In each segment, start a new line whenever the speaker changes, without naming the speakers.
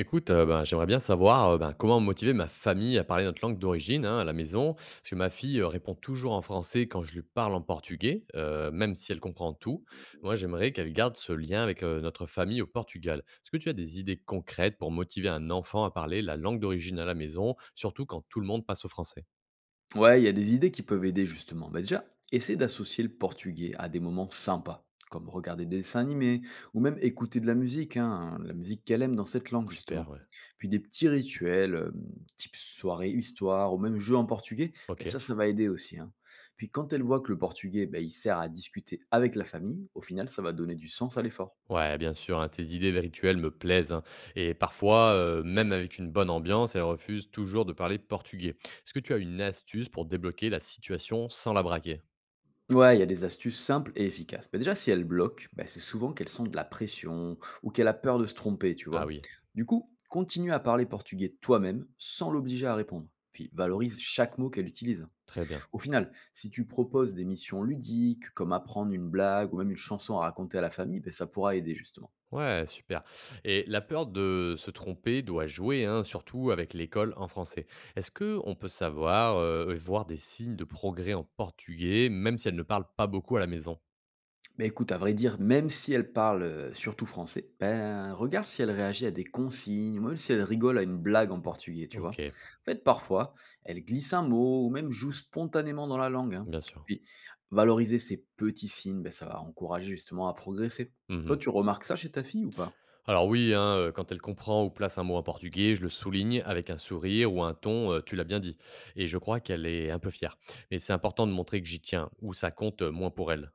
Écoute, ben, j'aimerais bien savoir, ben, comment motiver ma famille à parler notre langue d'origine, hein, à la maison. Parce que ma fille, répond toujours en français quand je lui parle en portugais, même si elle comprend tout. Moi, j'aimerais qu'elle garde ce lien avec, notre famille au Portugal. Est-ce que tu as des idées concrètes pour motiver un enfant à parler la langue d'origine à la maison, surtout quand tout le monde passe au français?
Ouais, il y a des idées qui peuvent aider justement. Bah déjà, essaie d'associer le portugais à des moments sympas, comme regarder des dessins animés ou même écouter de la musique, hein, la musique qu'elle aime dans cette langue
Super,
justement.
ouais.
Puis des petits rituels, type soirée histoire ou même jeu en portugais, bah ça,
OK.
ça va aider aussi, hein. Puis quand elle voit que le portugais, bah, il sert à discuter avec la famille, au final, ça va donner du sens à l'effort.
Ouais, bien sûr, hein, tes idées de rituels me plaisent, hein. Et parfois, même avec une bonne ambiance, elle refuse toujours de parler portugais. Est-ce que tu as une astuce pour débloquer la situation sans la braquer?
Ouais, il y a des astuces simples et efficaces. Mais déjà, si elle bloque, bah, c'est souvent qu'elle sent de la pression ou qu'elle a peur de se tromper, tu vois.
Ah oui,
Du coup, continue à parler portugais toi-même sans l'obliger à répondre. Puis valorise chaque mot qu'elle utilise.
très bien.
Au final, si tu proposes des missions ludiques, comme apprendre une blague ou même une chanson à raconter à la famille, bah, ça pourra aider justement.
Ouais, super. Et la peur de se tromper doit jouer, hein, surtout avec l'école en français. Est-ce que on peut savoir et voir des signes de progrès en portugais, même si elle ne parle pas beaucoup à la maison?
Bah, écoute, à vrai dire, même si elle parle, surtout français, ben, regarde si elle réagit à des consignes ou même si elle rigole à une blague en portugais, tu
Ok,
vois? En fait, parfois, elle glisse un mot ou même joue spontanément dans la langue, hein.
bien sûr.
Puis valoriser ces petits signes, ben ça va encourager justement à progresser. Toi, tu
Mhm.
remarques ça chez ta fille ou pas?
Alors oui, hein, quand elle comprend ou place un mot en portugais, je le souligne avec un sourire ou un ton, «Tu l'as bien dit», et je crois qu'elle est un peu fière. Mais c'est important de montrer que j'y tiens ou ça compte, moins pour elle,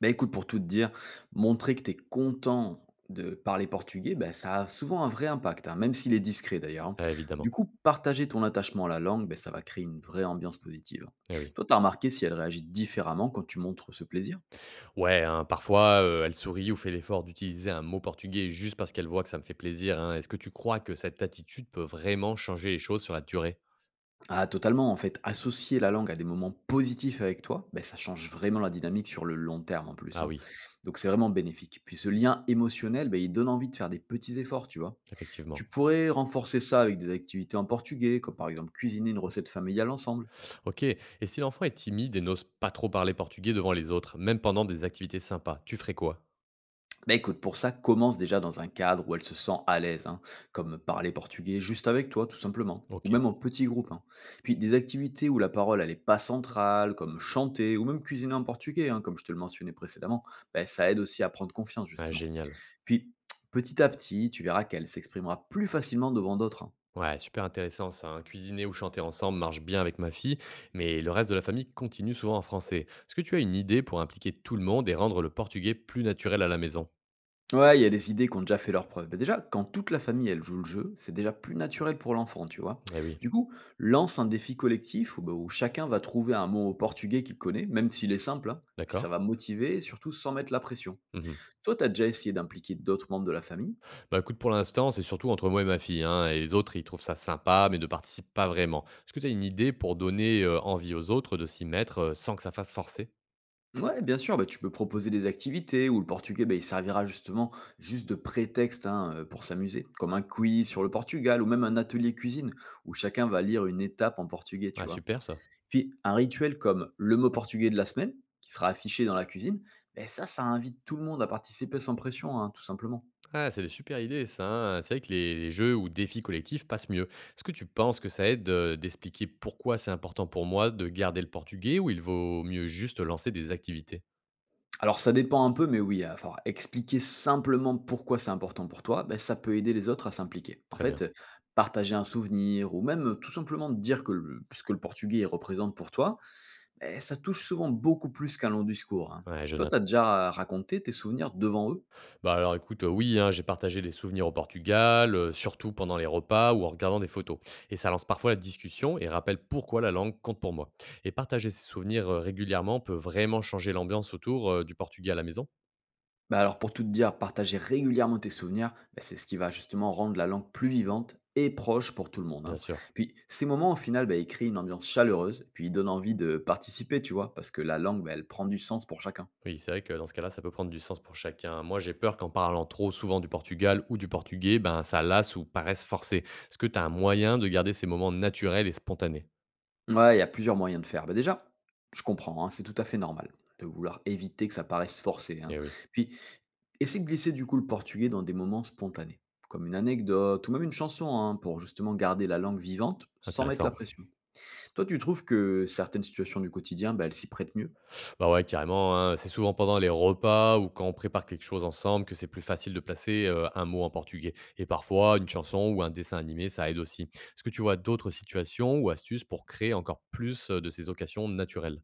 Bah, écoute, pour tout te dire, montrer que tu es content de parler portugais, bah, ça a souvent un vrai impact, hein, même s'il est discret d'ailleurs, hein. Du
évidemment.
coup, partager ton attachement à la langue, bah, ça va créer une vraie ambiance positive.
Eh oui.
Toi, tu as remarqué si elle réagit différemment quand tu montres ce plaisir?
Ouais, hein, parfois, elle sourit ou fait l'effort d'utiliser un mot portugais juste parce qu'elle voit que ça me fait plaisir, hein. Est-ce que tu crois que cette attitude peut vraiment changer les choses sur la durée?
Ah totalement, en fait, associer la langue à des moments positifs avec toi, ben, ça change vraiment la dynamique sur le long terme en plus,
Ah
hein.
oui,
Donc c'est vraiment bénéfique. Puis ce lien émotionnel, ben, il donne envie de faire des petits efforts, tu vois. Tu
effectivement.
pourrais renforcer ça avec des activités en portugais, comme par exemple cuisiner une recette familiale ensemble.
OK. Et si l'enfant est timide et n'ose pas trop parler portugais devant les autres, même pendant des activités sympas, tu ferais quoi?
Bah écoute, pour ça, commence déjà dans un cadre où elle se sent à l'aise, hein, comme parler portugais juste avec toi, tout simplement, ou
OK.
même en petit groupe, hein. Puis des activités où la parole elle est pas centrale, comme chanter ou même cuisiner en portugais, hein, comme je te le mentionnais précédemment, bah, ça aide aussi à prendre confiance
Ah
justement.
génial.
Puis petit à petit, tu verras qu'elle s'exprimera plus facilement devant d'autres, hein.
Ouais, super intéressant ça, hein. Cuisiner ou chanter ensemble marche bien avec ma fille, mais le reste de la famille continue souvent en français. Est-ce que tu as une idée pour impliquer tout le monde et rendre le portugais plus naturel à la maison?
Ouais, il y a des idées qui ont déjà fait leurs preuves. Bah, déjà, quand toute la famille, elle joue le jeu, c'est déjà plus naturel pour l'enfant, tu vois.
Eh oui,
Du coup, lance un défi collectif où, bah, où chacun va trouver un mot au portugais qu'il connaît, même s'il est simple, hein. Puis ça
d'accord.
va motiver, et surtout sans mettre la pression.
Mhm.
Toi, t'as déjà essayé d'impliquer d'autres membres de la famille?
Bah écoute, pour l'instant, c'est surtout entre moi et ma fille, hein, et les autres, ils trouvent ça sympa, mais ne participent pas vraiment. Est-ce que tu as une idée pour donner envie aux autres de s'y mettre sans que ça fasse forcer?
Ouais, bien sûr, bah, tu peux proposer des activités où le portugais, bah, il servira justement juste de prétexte, hein, pour s'amuser, comme un quiz sur le Portugal ou même un atelier cuisine où chacun va lire une étape en portugais, tu
Ah,
vois.
super ça.
Puis un rituel comme le mot portugais de la semaine, qui sera affiché dans la cuisine, ben ça invite tout le monde à participer sans pression, hein, tout simplement.
Ah, c'est des super idées, ça, hein. C'est vrai que les jeux ou défis collectifs passent mieux. Est-ce que tu penses que ça aide d'expliquer pourquoi c'est important pour moi de garder le portugais ou il vaut mieux juste lancer des activités?
Alors ça dépend un peu, mais oui, à falloir expliquer simplement pourquoi c'est important pour toi, ben ça peut aider les autres à s'impliquer. En
Très bien.
fait, partager un souvenir ou même tout simplement dire que le, ce que le portugais représente pour toi, beh, ça touche souvent beaucoup plus qu'un long discours, hein.
Ouais, je
Toi,
note.
tu as déjà raconté tes souvenirs devant eux?
Bah alors écoute, oui, hein, j'ai partagé des souvenirs au Portugal, surtout pendant les repas ou en regardant des photos. Et ça lance parfois la discussion et rappelle pourquoi la langue compte pour moi. Et partager ces souvenirs régulièrement peut vraiment changer l'ambiance autour du Portugais à la maison?
Bah alors pour tout te dire, partager régulièrement tes souvenirs, bah c'est ce qui va justement rendre la langue plus vivante et proche pour tout le monde, hein.
Bien sûr.
Puis ces moments au final, bah, ils créent une ambiance chaleureuse, puis ils donnent envie de participer, tu vois, parce que la langue, bah, elle prend du sens pour chacun.
Oui, c'est vrai que dans ce cas-là, ça peut prendre du sens pour chacun. Moi, j'ai peur qu'en parlant trop souvent du Portugal ou du portugais, ben, ça lasse ou paraisse forcé. Est-ce que tu as un moyen de garder ces moments naturels et spontanés?
Ouais, il y a plusieurs moyens de faire. Bah déjà, je comprends, hein, c'est tout à fait normal de vouloir éviter que ça paraisse forcé, hein.
Eh oui,
Puis essaie de glisser du coup le portugais dans des moments spontanés, comme une anecdote ou même une chanson, hein, pour justement garder la langue vivante sans mettre la
intéressant.
pression. Toi, tu trouves que certaines situations du quotidien, bah, elles s'y prêtent mieux?
Bah ouais, carrément, hein. C'est souvent pendant les repas ou quand on prépare quelque chose ensemble que c'est plus facile de placer un mot en portugais. Et parfois, une chanson ou un dessin animé, ça aide aussi. Est-ce que tu vois d'autres situations ou astuces pour créer encore plus de ces occasions naturelles?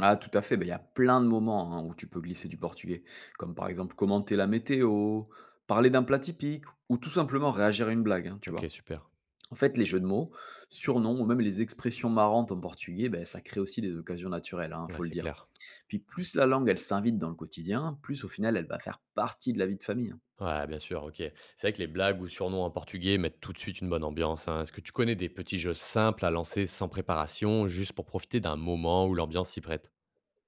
Ah tout à fait, bah, il y a plein de moments, hein, où tu peux glisser du portugais, comme par exemple commenter la météo, parler d'un plat typique ou tout simplement réagir à une blague, hein, tu
Ok,
vois?
super.
En fait, les jeux de mots, surnoms ou même les expressions marrantes en portugais, bah, ça crée aussi des occasions naturelles, hein,
Ouais,
faut le
c'est
dire.
clair.
Puis plus la langue, elle s'invite dans le quotidien, plus au final, elle va faire partie de la vie de famille, hein.
Ouais, bien sûr, OK. C'est vrai que les blagues ou surnoms en portugais mettent tout de suite une bonne ambiance, hein. Est-ce que tu connais des petits jeux simples à lancer sans préparation, juste pour profiter d'un moment où l'ambiance s'y prête?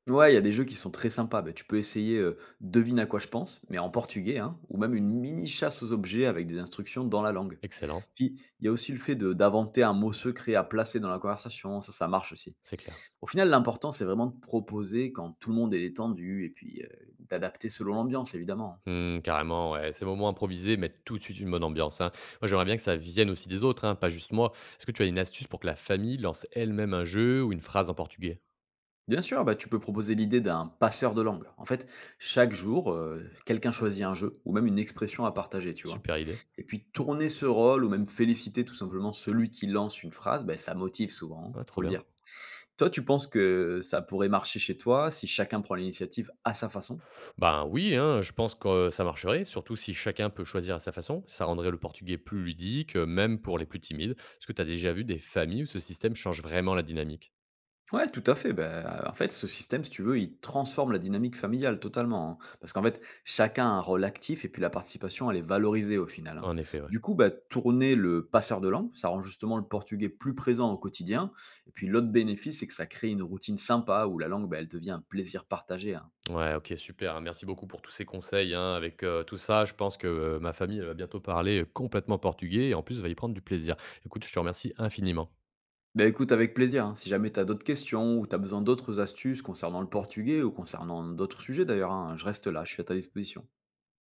Ouais, il y a des jeux qui sont très sympas. Bah, tu peux essayer, devine à quoi je pense, mais en portugais, hein, ou même une mini chasse aux objets avec des instructions dans la langue.
Excellent,
Puis, il y a aussi le fait de d'inventer un mot secret à placer dans la conversation, ça marche aussi.
c'est clair.
Au final, l'important, c'est vraiment de proposer quand tout le monde est détendu et puis, d'adapter selon l'ambiance, évidemment.
Mmh, carrément, ouais. Ces moments improvisés mettent tout de suite une bonne ambiance, hein. Moi, j'aimerais bien que ça vienne aussi des autres, hein, pas juste moi. Est-ce que tu as une astuce pour que la famille lance elle-même un jeu ou une phrase en portugais?
Bien sûr, bah, tu peux proposer l'idée d'un passeur de langue. En fait, chaque jour, quelqu'un choisit un jeu ou même une expression à partager, tu vois.
Super idée.
Et puis tourner ce rôle ou même féliciter tout simplement celui qui lance une phrase, bah, ça motive souvent, hein,
Ouais,
faut
trop
le
bien.
dire. Toi, tu penses que ça pourrait marcher chez toi si chacun prend l'initiative à sa façon?
Ben oui, hein, je pense que ça marcherait, surtout si chacun peut choisir à sa façon. Ça rendrait le portugais plus ludique, même pour les plus timides. Est-ce que tu as déjà vu des familles où ce système change vraiment la dynamique?
Ouais, tout à fait. Ben, en fait, ce système, si tu veux, il transforme la dynamique familiale totalement, hein. Parce qu'en fait, chacun a un rôle actif et puis la participation, elle est valorisée au final, hein.
En effet, ouais.
Du coup, bah, tourner le passeur de langue, ça rend justement le portugais plus présent au quotidien. Et puis l'autre bénéfice, c'est que ça crée une routine sympa où la langue, bah, elle devient un plaisir partagé, hein.
Ouais, ok, super, hein. Merci beaucoup pour tous ces conseils, hein. Avec tout ça, je pense que ma famille elle va bientôt parler complètement portugais et en plus va y prendre du plaisir. Écoute, je te remercie infiniment.
Bah écoute, avec plaisir, hein. Si jamais tu as d'autres questions ou tu as besoin d'autres astuces concernant le portugais ou concernant d'autres sujets d'ailleurs, hein, je reste là, je suis à ta disposition.